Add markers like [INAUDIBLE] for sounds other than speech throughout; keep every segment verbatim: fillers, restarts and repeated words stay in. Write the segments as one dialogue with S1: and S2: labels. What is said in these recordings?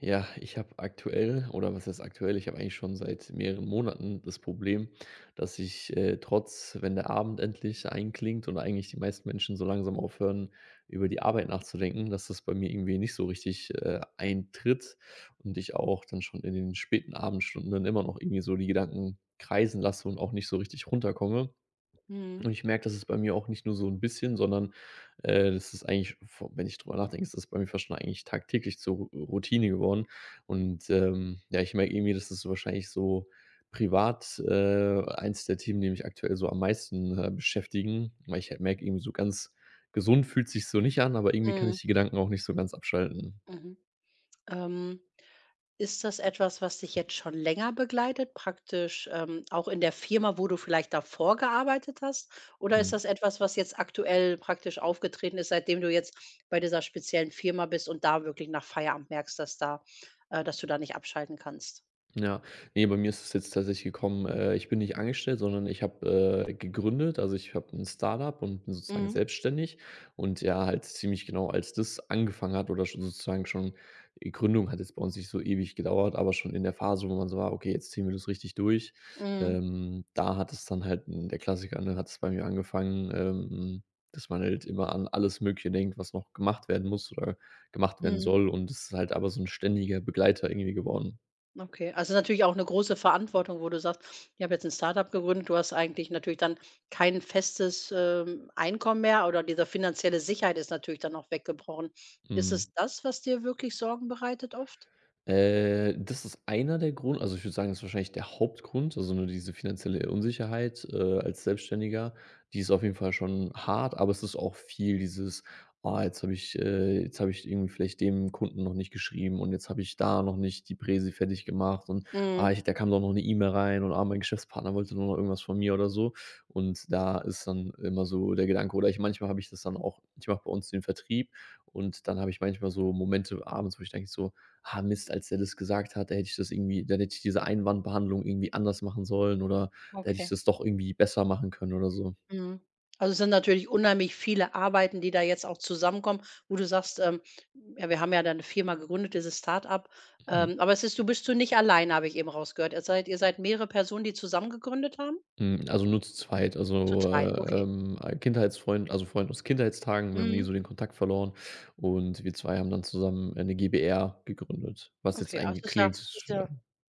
S1: Ja, ich habe aktuell oder was heißt aktuell? Ich habe eigentlich schon seit mehreren Monaten das Problem, dass ich, äh, trotz wenn der Abend endlich einklingt und eigentlich die meisten Menschen so langsam aufhören, über die Arbeit nachzudenken, dass das bei mir irgendwie nicht so richtig äh, eintritt und ich auch dann schon in den späten Abendstunden dann immer noch irgendwie so die Gedanken kreisen lasse und auch nicht so richtig runterkomme. Und
S2: Mhm.
S1: ich merke, das ist bei mir auch nicht nur so ein bisschen, sondern äh, das ist eigentlich vo wenn ich drüber nachdenke, ist das bei mir fast schon eigentlich tagtäglich zur Ru Routine geworden. Und ähm, ja, ich merke irgendwie, das ist so wahrscheinlich so privat, äh, eins der Themen, die mich aktuell so am meisten äh, beschäftigen, weil ich halt merke, irgendwie so ganz gesund fühlt sich so nicht an, aber irgendwie kann
S2: Mhm.
S1: ich die Gedanken auch nicht so ganz abschalten.
S2: Mhm. Ähm, ist das etwas, was dich jetzt schon länger begleitet, praktisch, ähm, auch in der Firma, wo du vielleicht davor gearbeitet hast? Oder ist
S1: Mhm.
S2: das etwas, was jetzt aktuell praktisch aufgetreten ist, seitdem du jetzt bei dieser speziellen Firma bist und da wirklich nach Feierabend merkst, dass da, äh dass du da nicht abschalten kannst?
S1: Ja, nee, bei mir ist es jetzt tatsächlich gekommen, äh, ich bin nicht angestellt, sondern ich habe äh, gegründet. Also, ich habe ein Startup und bin sozusagen
S2: Mhm.
S1: selbstständig. Und ja, halt ziemlich genau, als das angefangen hat oder schon sozusagen schon die Gründung hat jetzt bei uns nicht so ewig gedauert, aber schon in der Phase, wo man so war: „Okay, jetzt ziehen wir das richtig durch.“
S2: Mhm.
S1: Ähm, da hat es dann halt hm, der Klassiker, ne, hat es bei mir angefangen, ähm, dass man halt immer an alles Mögliche denkt, was noch gemacht werden muss oder gemacht werden
S2: Mhm.
S1: soll. Und es ist halt aber so ein ständiger Begleiter irgendwie geworden.
S2: Okay, also natürlich auch eine große Verantwortung, wo du sagst: „Ich habe jetzt ein Startup gegründet.“ Du hast eigentlich natürlich dann kein festes, ähm, Einkommen mehr oder diese finanzielle Sicherheit ist natürlich dann auch weggebrochen. Ist
S1: Mhm.
S2: es das, was dir wirklich Sorgen bereitet oft?
S1: Äh, das ist einer der Grund, also, ich würde sagen, das ist wahrscheinlich der Hauptgrund, also, ne, diese finanzielle Unsicherheit äh, als Selbstständiger, die ist auf jeden Fall schon hart, aber es ist auch viel dieses: „Ah, jetzt habe ich äh, jetzt habe ich irgendwie vielleicht dem Kunden noch nicht geschrieben und jetzt habe ich da noch nicht die Präsi fertig gemacht und ah,
S2: Mhm,
S1: ich da kam doch noch eine E-Mail rein und, ah, mein Geschäftspartner wollte nur noch irgendwas von mir“ oder so. Und da ist dann immer so der Gedanke oder ich manchmal habe ich das dann auch, ich mache bei uns den Vertrieb und dann habe ich manchmal so Momente abends, wo ich denke so: ah Mist, als der das gesagt hat, da hätte ich das irgendwie dann hätte ich diese Einwandbehandlung irgendwie anders machen sollen oder da hätte ich
S2: okay.
S1: das doch irgendwie besser machen können oder so.
S2: Mhm. Also, es sind natürlich unheimlich viele Arbeiten, die da jetzt auch zusammenkommen, wo du sagst, ähm, ja, wir haben ja da eine Firma gegründet, dieses Start-up,
S1: Mhm.
S2: ähm, aber es ist du bist du nicht allein, habe ich eben rausgehört. Ihr seid ihr seid mehrere Personen, die zusammen gegründet haben?
S1: Hm, also nur zu zweit,
S2: Zu
S1: also
S2: zweit,
S1: äh,
S2: okay.
S1: ähm, ein Kindheitsfreund, also Freund aus Kindheitstagen, wir haben nie
S2: Mhm.
S1: so den Kontakt verloren und wir zwei haben dann zusammen äh, 'ne GbR gegründet, was jetzt
S2: Okay, also
S1: eigentlich
S2: es ist ja
S1: klingt.
S2: ist
S1: Ja,
S2: ja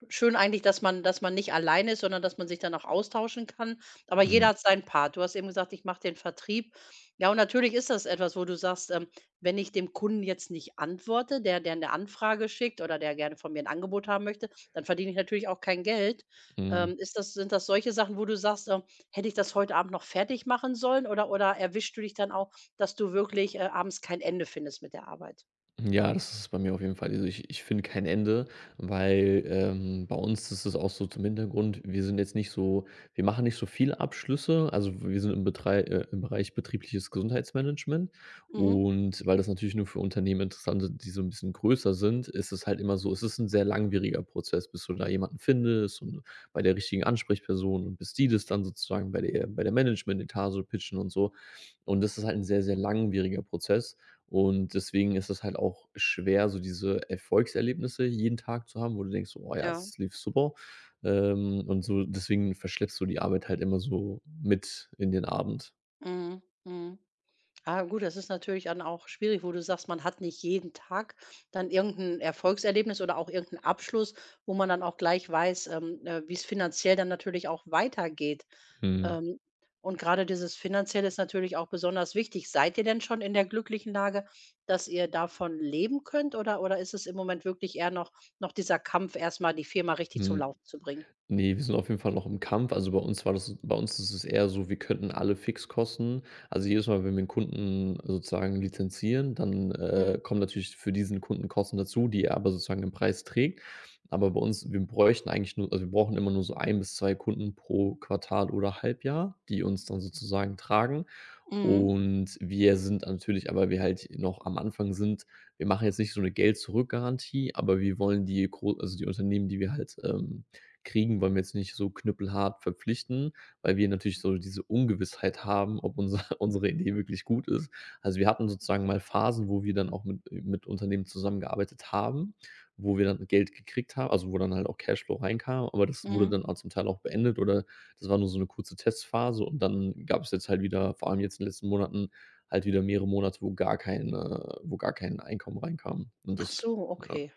S2: schön eigentlich, dass man dass man nicht alleine ist, sondern dass man sich dann auch austauschen kann. Aber
S1: mhm,
S2: jeder hat seinen Part. Du hast eben gesagt: „Ich mache den Vertrieb.“ Ja, und natürlich ist das etwas, wo du sagst, ähm: „Wenn ich dem Kunden jetzt nicht antworte, der der eine Anfrage schickt oder der gerne von mir ein Angebot haben möchte, dann verdiene ich natürlich auch kein Geld.“
S1: mhm.
S2: Ähm, ist das sind das solche Sachen, wo du sagst, ähm: „Hätte ich das heute Abend noch fertig machen sollen?“ Oder oder erwischst du dich dann auch, dass du wirklich, äh, abends kein Ende findest mit der Arbeit?
S1: Ja, das ist bei mir auf jeden Fall. Also ich ich finde kein Ende, weil ähm, bei uns ist es auch so, zum Hintergrund, wir sind jetzt nicht so, wir machen nicht so viele Abschlüsse. Also, wir sind im Betrei äh, im Bereich betriebliches Gesundheitsmanagement,
S2: Mhm.
S1: und weil das natürlich nur für Unternehmen interessant ist, die so ein bisschen größer sind, ist es halt immer so, es ist ein sehr langwieriger Prozess, bis du da jemanden findest und bei der richtigen Ansprechperson und bis die das dann sozusagen bei der bei der Management-Etage pitchen und so. Und das ist halt ein sehr, sehr langwieriger Prozess. Und deswegen ist es halt auch schwer, so diese Erfolgserlebnisse jeden Tag zu haben, wo du denkst so: „Oh ja,
S2: Ja.
S1: es lief super.“ Ähm, und so deswegen verschleppst du die Arbeit halt immer so mit in den Abend.
S2: Mhm, mhm. Ah, gut, das ist natürlich dann auch schwierig, wo du sagst, man hat nicht jeden Tag dann irgendein Erfolgserlebnis oder auch irgend Abschluss, wo man dann auch gleich weiß, ähm, äh, wie's finanziell dann natürlich auch weitergeht.
S1: Mhm,
S2: Ähm, und gerade dieses Finanzielle ist natürlich auch besonders wichtig. Seid ihr denn schon in der glücklichen Lage, dass ihr davon leben könnt oder oder ist es im Moment wirklich eher noch noch dieser Kampf, erstmal die Firma richtig zum
S1: mhm.
S2: Laufen zu bringen?
S1: Ne, wir sind auf jeden Fall noch im Kampf. Also, bei uns war das, bei uns ist es eher so, wir könnten alle Fixkosten, also, jedes Mal, wenn wir einen Kunden sozusagen lizenzieren, dann äh,
S2: Mhm.
S1: kommen natürlich für diesen Kunden Kosten dazu, die er aber sozusagen im Preis trägt. Aber bei uns, wir bräuchten eigentlich nur, also, wir brauchen immer nur so ein bis zwei Kunden pro Quartal oder Halbjahr, die uns dann sozusagen tragen.
S2: Mhm.
S1: Und wir sind natürlich, aber wir halt noch am Anfang sind, wir machen jetzt nicht so eine Geld-zurück-Garantie, aber wir wollen die gro also, die Unternehmen, die wir halt ähm, kriegen, wollen wir jetzt nicht so knüppelhart verpflichten, weil wir natürlich so diese Ungewissheit haben, ob unser [LAUGHS] unsere Idee wirklich gut ist. Also, wir hatten sozusagen mal Phasen, wo wir dann auch mit mit Unternehmen zusammengearbeitet haben, wo wir dann Geld gekriegt haben, also, wo dann halt auch Cashflow reinkam, aber das wurde
S2: Mhm.
S1: dann auch zum Teil auch beendet oder das war nur so eine kurze Testphase, und dann gab es jetzt halt wieder, vor allem jetzt in den letzten Monaten, halt wieder mehrere Monate, wo gar keine, wo gar kein Einkommen reinkam und
S2: Ach
S1: das.
S2: so,
S1: Ja,
S2: okay.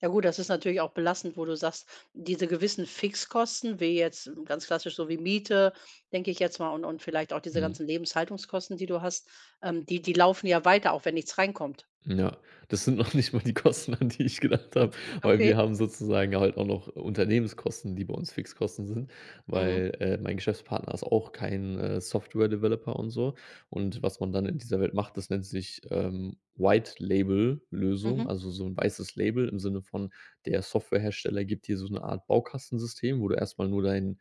S2: Ja gut, das ist natürlich auch belastend, wo du sagst, diese gewissen Fixkosten, wie jetzt ähm, ganz klassisch so wie Miete, denke ich jetzt mal, und und vielleicht auch diese
S1: mhm.
S2: ganzen Lebenshaltungskosten, die du hast, ähm, die die laufen ja weiter, auch wenn nichts reinkommt.
S1: Ja, das sind noch [LAUGHS] nicht mal die Kosten, an die ich gedacht habe, weil
S2: Okay.
S1: wir haben sozusagen halt auch noch Unternehmenskosten, die bei uns Fixkosten sind, weil
S2: Mhm.
S1: äh, mein Geschäftspartner ist auch kein äh, Software-Developer und so. Und was man dann in dieser Welt macht, das nennt sich ähm, White-Label-Lösung,
S2: Mhm.
S1: also so ein weißes Label im Sinne von, der Softwarehersteller gibt dir so eine Art Baukastensystem, wo du erstmal nur dein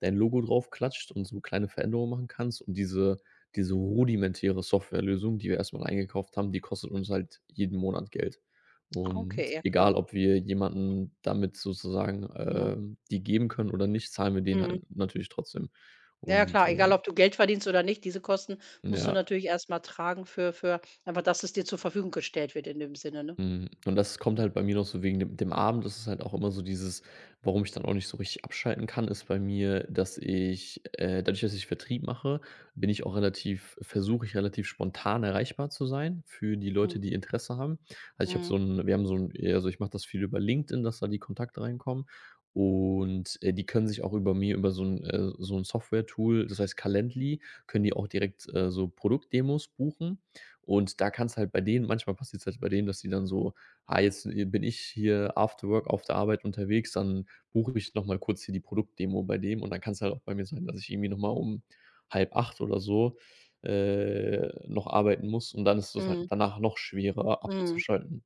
S1: dein Logo drauf klatscht und so kleine Veränderungen machen kannst und diese diese rudimentäre Softwarelösung, die wir erstmal eingekauft haben, die kostet uns halt jeden Monat Geld.
S2: Ah, okay,
S1: Und
S2: ja klar.
S1: egal, ob wir jemanden damit sozusagen
S2: Mhm.
S1: ähm, die geben können oder nicht, zahlen wir denen
S2: Mhm.
S1: halt natürlich trotzdem.
S2: Ja, ja
S1: Und
S2: klar, egal
S1: äh,
S2: ob du Geld verdienst oder nicht, diese Kosten musst du
S1: ja.
S2: natürlich erst mal tragen für für einfach, dass es dir zur Verfügung gestellt wird in dem Sinne, ne?
S1: Mhm. Und das kommt
S2: Mhm.
S1: halt bei mir noch so, wegen dem dem Abend. Das ist halt auch immer so dieses, warum ich dann auch nicht so richtig abschalten kann, ist bei mir, dass ich äh, dadurch, dass ich Vertrieb mache, bin ich auch relativ, versuche ich relativ spontan erreichbar zu sein für die Leute,
S2: Mhm.
S1: die Interesse haben. Also, ich habe so
S2: Mhm.
S1: ein, wir haben so ein, also, ich mache das viel über LinkedIn, dass da die Kontakte reinkommen und äh, die können sich auch über mir, über so ein äh, so ein Software-Tool, das heißt Calendly, können die auch direkt äh, so Produktdemos buchen. Und da kann es halt bei denen manchmal, passiert's halt bei denen, dass die dann so: „Ah, jetzt äh, bin ich hier after work auf der Arbeit unterwegs, dann buche ich noch mal kurz hier die Produktdemo bei dem.“ Und dann kann es halt auch bei mir sein, dass ich irgendwie noch mal um halb acht oder so äh, noch arbeiten muss und dann ist es halt
S2: Mhm.
S1: danach noch schwerer
S2: Mhm.
S1: abzuschalten.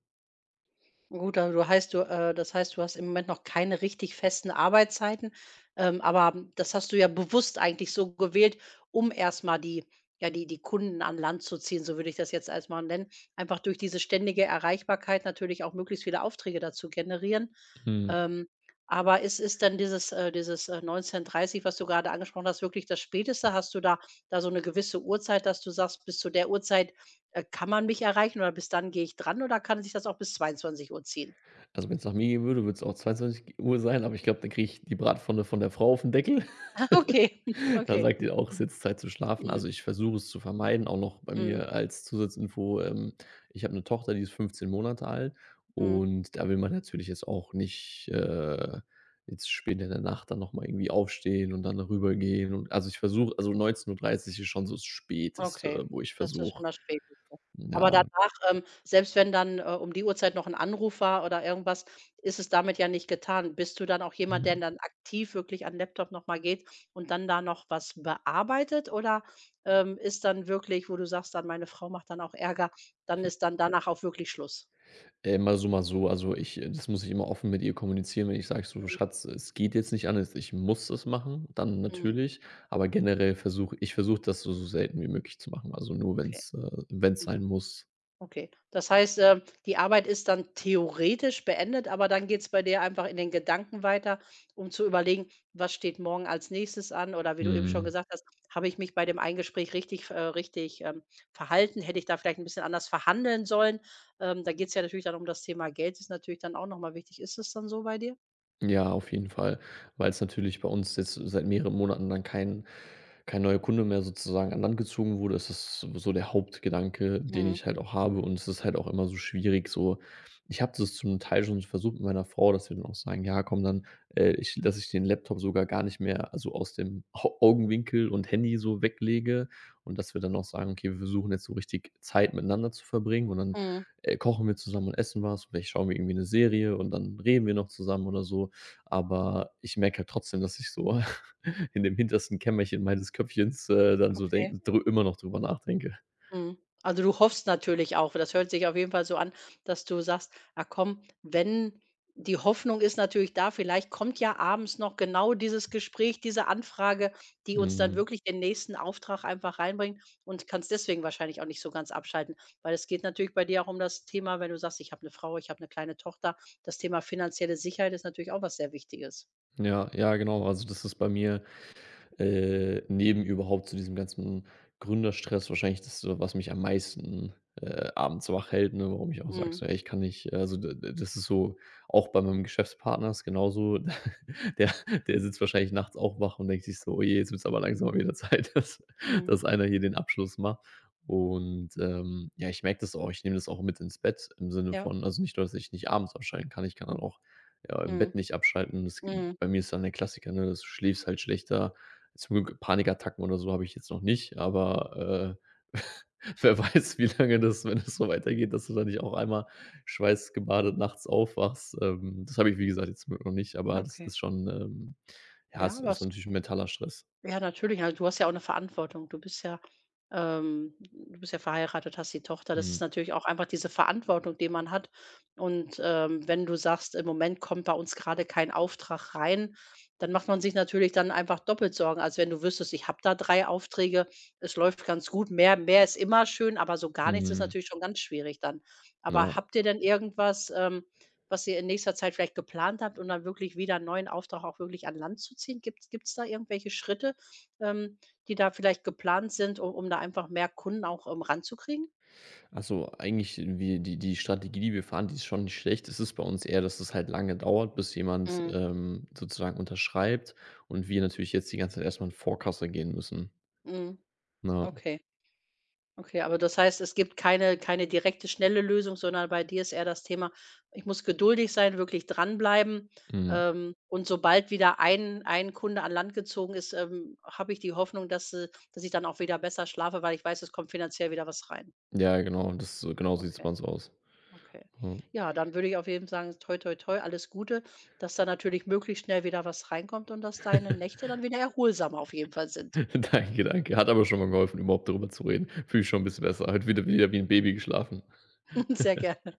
S2: Gut, also du heißt du äh, das heißt, du hast im Moment noch keine richtig festen Arbeitszeiten, ähm, aber das hast du ja bewusst eigentlich so gewählt, um erst mal die ja, die die Kunden an Land zu ziehen, so würde ich das jetzt erst mal nennen. Einfach durch diese ständige Erreichbarkeit natürlich auch möglichst viele Aufträge dazu generieren.
S1: Mhm.
S2: Ähm, aber ist ist dann dieses äh, dieses, äh, neunzehn Uhr dreißig, was du gerade angesprochen hast, wirklich das Späteste? Hast du da da so eine gewisse Uhrzeit, dass du sagst: „Bis zu der Uhrzeit, äh, kann man mich erreichen oder bis dann gehe ich dran“, oder kann sich das auch bis zweiundzwanzig Uhr ziehen?
S1: Also, wenn es nach mir gehen würde, würde es auch zweiundzwanzig Uhr sein, aber ich glaube, dann kriege ich die Bratpfanne von der Frau auf den Deckel.
S2: [LAUGHS]
S1: [LAUGHS]
S2: okay, [LAUGHS]
S1: Da
S2: okay.
S1: sagt die auch: es „Ist
S2: Mhm.
S1: jetzt Zeit zu schlafen.“
S2: Mhm.
S1: Also, ich versuche es zu vermeiden, auch noch bei
S2: Mhm.
S1: mir als Zusatzinfo, ähm, ich habe eine Tochter, die ist fünfzehn Monate alt,
S2: Mhm.
S1: und da will man natürlich jetzt auch nicht äh, jetzt spät in der Nacht dann noch mal irgendwie aufstehen und dann rübergehen, und also, ich versuche, also, neunzehn Uhr dreißig ist schon so das Späteste,
S2: Okay,
S1: wo ich
S2: das ist
S1: versuche.
S2: schon das Späteste. Aber
S1: Ja,
S2: danach, ähm, selbst wenn dann, äh, um die Uhrzeit noch 'n Anruf war oder irgendwas, ist es damit ja nicht getan. Bist du dann auch jemand, der
S1: mhm.
S2: dann aktiv wirklich an 'n Laptop noch mal geht und dann da noch was bearbeitet oder, ähm, ist dann wirklich, wo du sagst dann: „Meine Frau macht dann auch Ärger“, dann ist dann danach auch wirklich Schluss?
S1: Äh, mal so, mal so. Also, ich äh, das muss ich immer offen mit ihr kommunizieren, wenn ich sage so: „Schatz, es geht jetzt nicht anders, ich muss es machen“, dann
S2: Mhm,
S1: natürlich. Aber generell versuche ich versuche das so so selten wie möglich zu machen, also nur wenn
S2: okay.
S1: es äh, wenn's sein
S2: Mhm.
S1: muss.
S2: Okay. Das heißt, äh, die Arbeit ist dann theoretisch beendet, aber dann geht es bei dir einfach in den Gedanken weiter, um zu überlegen, was steht morgen als nächstes an? Oder wie du eben schon
S1: Mhm.
S2: gesagt hast, habe ich mich bei dem Eingespräch richtig, äh, richtig ähm, verhalten? Hätte ich da vielleicht ein bisschen anders verhandeln sollen? Ähm, da geht es ja natürlich dann um das Thema Geld, ist natürlich dann auch nochmal wichtig. Ist es dann so bei dir?
S1: Ja, auf jeden Fall, weil es natürlich bei uns jetzt seit mehreren Monaten dann kein kein neuer Kunde mehr sozusagen an Land gezogen wurde. Es ist so der Hauptgedanke, den
S2: Mhm.
S1: ich halt auch habe, und es ist halt auch immer so schwierig, so ich habe das zum Teil schon versucht mit meiner Frau, dass wir dann auch sagen: „Ja, komm, dann äh, ich, dass ich den Laptop sogar gar nicht mehr, also, aus dem Au Augenwinkel und Handy so weglege“ und dass wir dann auch sagen: „Okay, wir versuchen jetzt so richtig Zeit miteinander zu verbringen“, und dann
S2: Mhm.
S1: äh, kochen wir zusammen und essen was, vielleicht schauen wir irgendwie eine Serie und dann reden wir noch zusammen oder so. Aber ich merke halt trotzdem, dass ich so [LAUGHS] in dem hintersten Kämmerchen meines Köpfchens äh, dann so
S2: Okay.
S1: denk drü immer noch drüber nachdenke.
S2: Mhm. Also, du hoffst natürlich auch das hört sich auf jeden Fall so an, dass du sagst: „Ah komm, wenn“ die Hoffnung ist natürlich da, vielleicht kommt ja abends noch genau dieses Gespräch, diese Anfrage, die uns dann
S1: Mhm.
S2: wirklich den nächsten Auftrag einfach reinbringt und kannst deswegen wahrscheinlich auch nicht so ganz abschalten. Weil es geht natürlich bei dir auch um das Thema, wenn du sagst: „Ich habe eine Frau, ich habe eine kleine Tochter.“ Das Thema finanzielle Sicherheit ist natürlich auch was sehr Wichtiges.
S1: Ja, ja, genau. Also, das ist bei mir äh, neben überhaupt zu diesem ganzen Gründerstress wahrscheinlich das, so, was mich am meisten äh, abends wach hält, ne, warum ich auch sage
S2: Mhm.
S1: so: „Ey, ich kann nicht“, also d d das ist so, auch bei meinem Geschäftspartner ist genauso. [LAUGHS] Der Der sitzt wahrscheinlich nachts auch wach und denkt sich so: „Oh je, jetzt wird's aber langsam mal wieder Zeit, [LAUGHS] dass
S2: Mhm.
S1: dass einer hier den Abschluss macht.“ Und ähm, ja, ich merke das auch. Ich nehme das auch mit ins Bett im Sinne
S2: Ja.
S1: von, also, nicht nur, dass ich nicht abends abschalten kann, ich kann dann auch, ja, im Bett
S2: Mhm.
S1: nicht abschalten. Das
S2: Mhm.
S1: bei mir ist dann der Klassiker, ne, dass du schläfst halt schlechter. Zum Glück Panikattacken oder so habe ich jetzt noch nicht, aber äh, [LAUGHS] wer weiß, wie lange das, wenn das so weitergeht, dass du dann nicht auch einmal schweißgebadet nachts aufwachst. Ähm, das habe ich, wie gesagt, jetzt noch nicht, aber das
S2: Okay.
S1: ist schon ähm ja,
S2: Ja,
S1: es
S2: aber
S1: ist natürlich 'n mentaler Stress.
S2: Ja, natürlich. Also, du hast ja auch eine Verantwortung. Du bist ja ähm, du bist ja verheiratet, hast die Tochter. Das
S1: Mhm.
S2: ist natürlich auch einfach diese Verantwortung, die man hat. Und, ähm, wenn du sagst: „Im Moment kommt bei uns gerade kein Auftrag rein“, dann macht man sich natürlich dann einfach doppelt Sorgen, als wenn du wüsstest: „Ich habe da drei Aufträge, es läuft ganz gut.“ Mehr mehr ist immer schön, aber so gar nichts ist
S1: Mhm.
S2: natürlich schon ganz schwierig dann.
S1: Ja.
S2: Aber habt ihr denn irgendwas, ähm, was ihr in nächster Zeit vielleicht geplant habt, um dann wirklich wieder 'n neuen Auftrag auch wirklich an Land zu ziehen? Gibt es da irgendwelche Schritte, ähm, die da vielleicht geplant sind, um um da einfach mehr Kunden auch, ähm, ranzukriegen?
S1: Also, eigentlich wir die die Strategie, die wir fahren, die ist schon nicht schlecht. Es ist bei uns eher, dass es halt lange dauert, bis jemand
S2: Mhm.
S1: ähm, sozusagen unterschreibt und wir natürlich jetzt die ganze Zeit erstmal in Vorkasse gehen müssen.
S2: Mhm.
S1: Ja.
S2: Okay, okay, aber das heißt, es gibt keine keine direkte, schnelle Lösung, sondern bei dir ist eher das Thema: „Ich muss geduldig sein, wirklich dranbleiben,
S1: Mhm.
S2: ähm, und sobald wieder ein ein Kunde an Land gezogen ist, ähm, habe ich die Hoffnung, dass, äh dass ich dann auch wieder besser schlafe, weil ich weiß, es kommt finanziell wieder was rein.“
S1: Ja, genau, das, genau so sieht es bei
S2: Okay.
S1: uns aus.
S2: Okay.
S1: Ja.
S2: Ja, dann würde ich auf jeden Fall sagen, toi, toi, toi, alles Gute, dass da natürlich möglichst schnell wieder was reinkommt und dass deine Nächte dann wieder erholsamer auf jeden Fall sind.
S1: [LAUGHS] Danke, danke. Hat aber schon mal geholfen, überhaupt darüber zu reden. Fühle ich schon ein bisschen besser. Heute wieder wieder wie ein Baby geschlafen.
S2: [LAUGHS] Sehr gerne.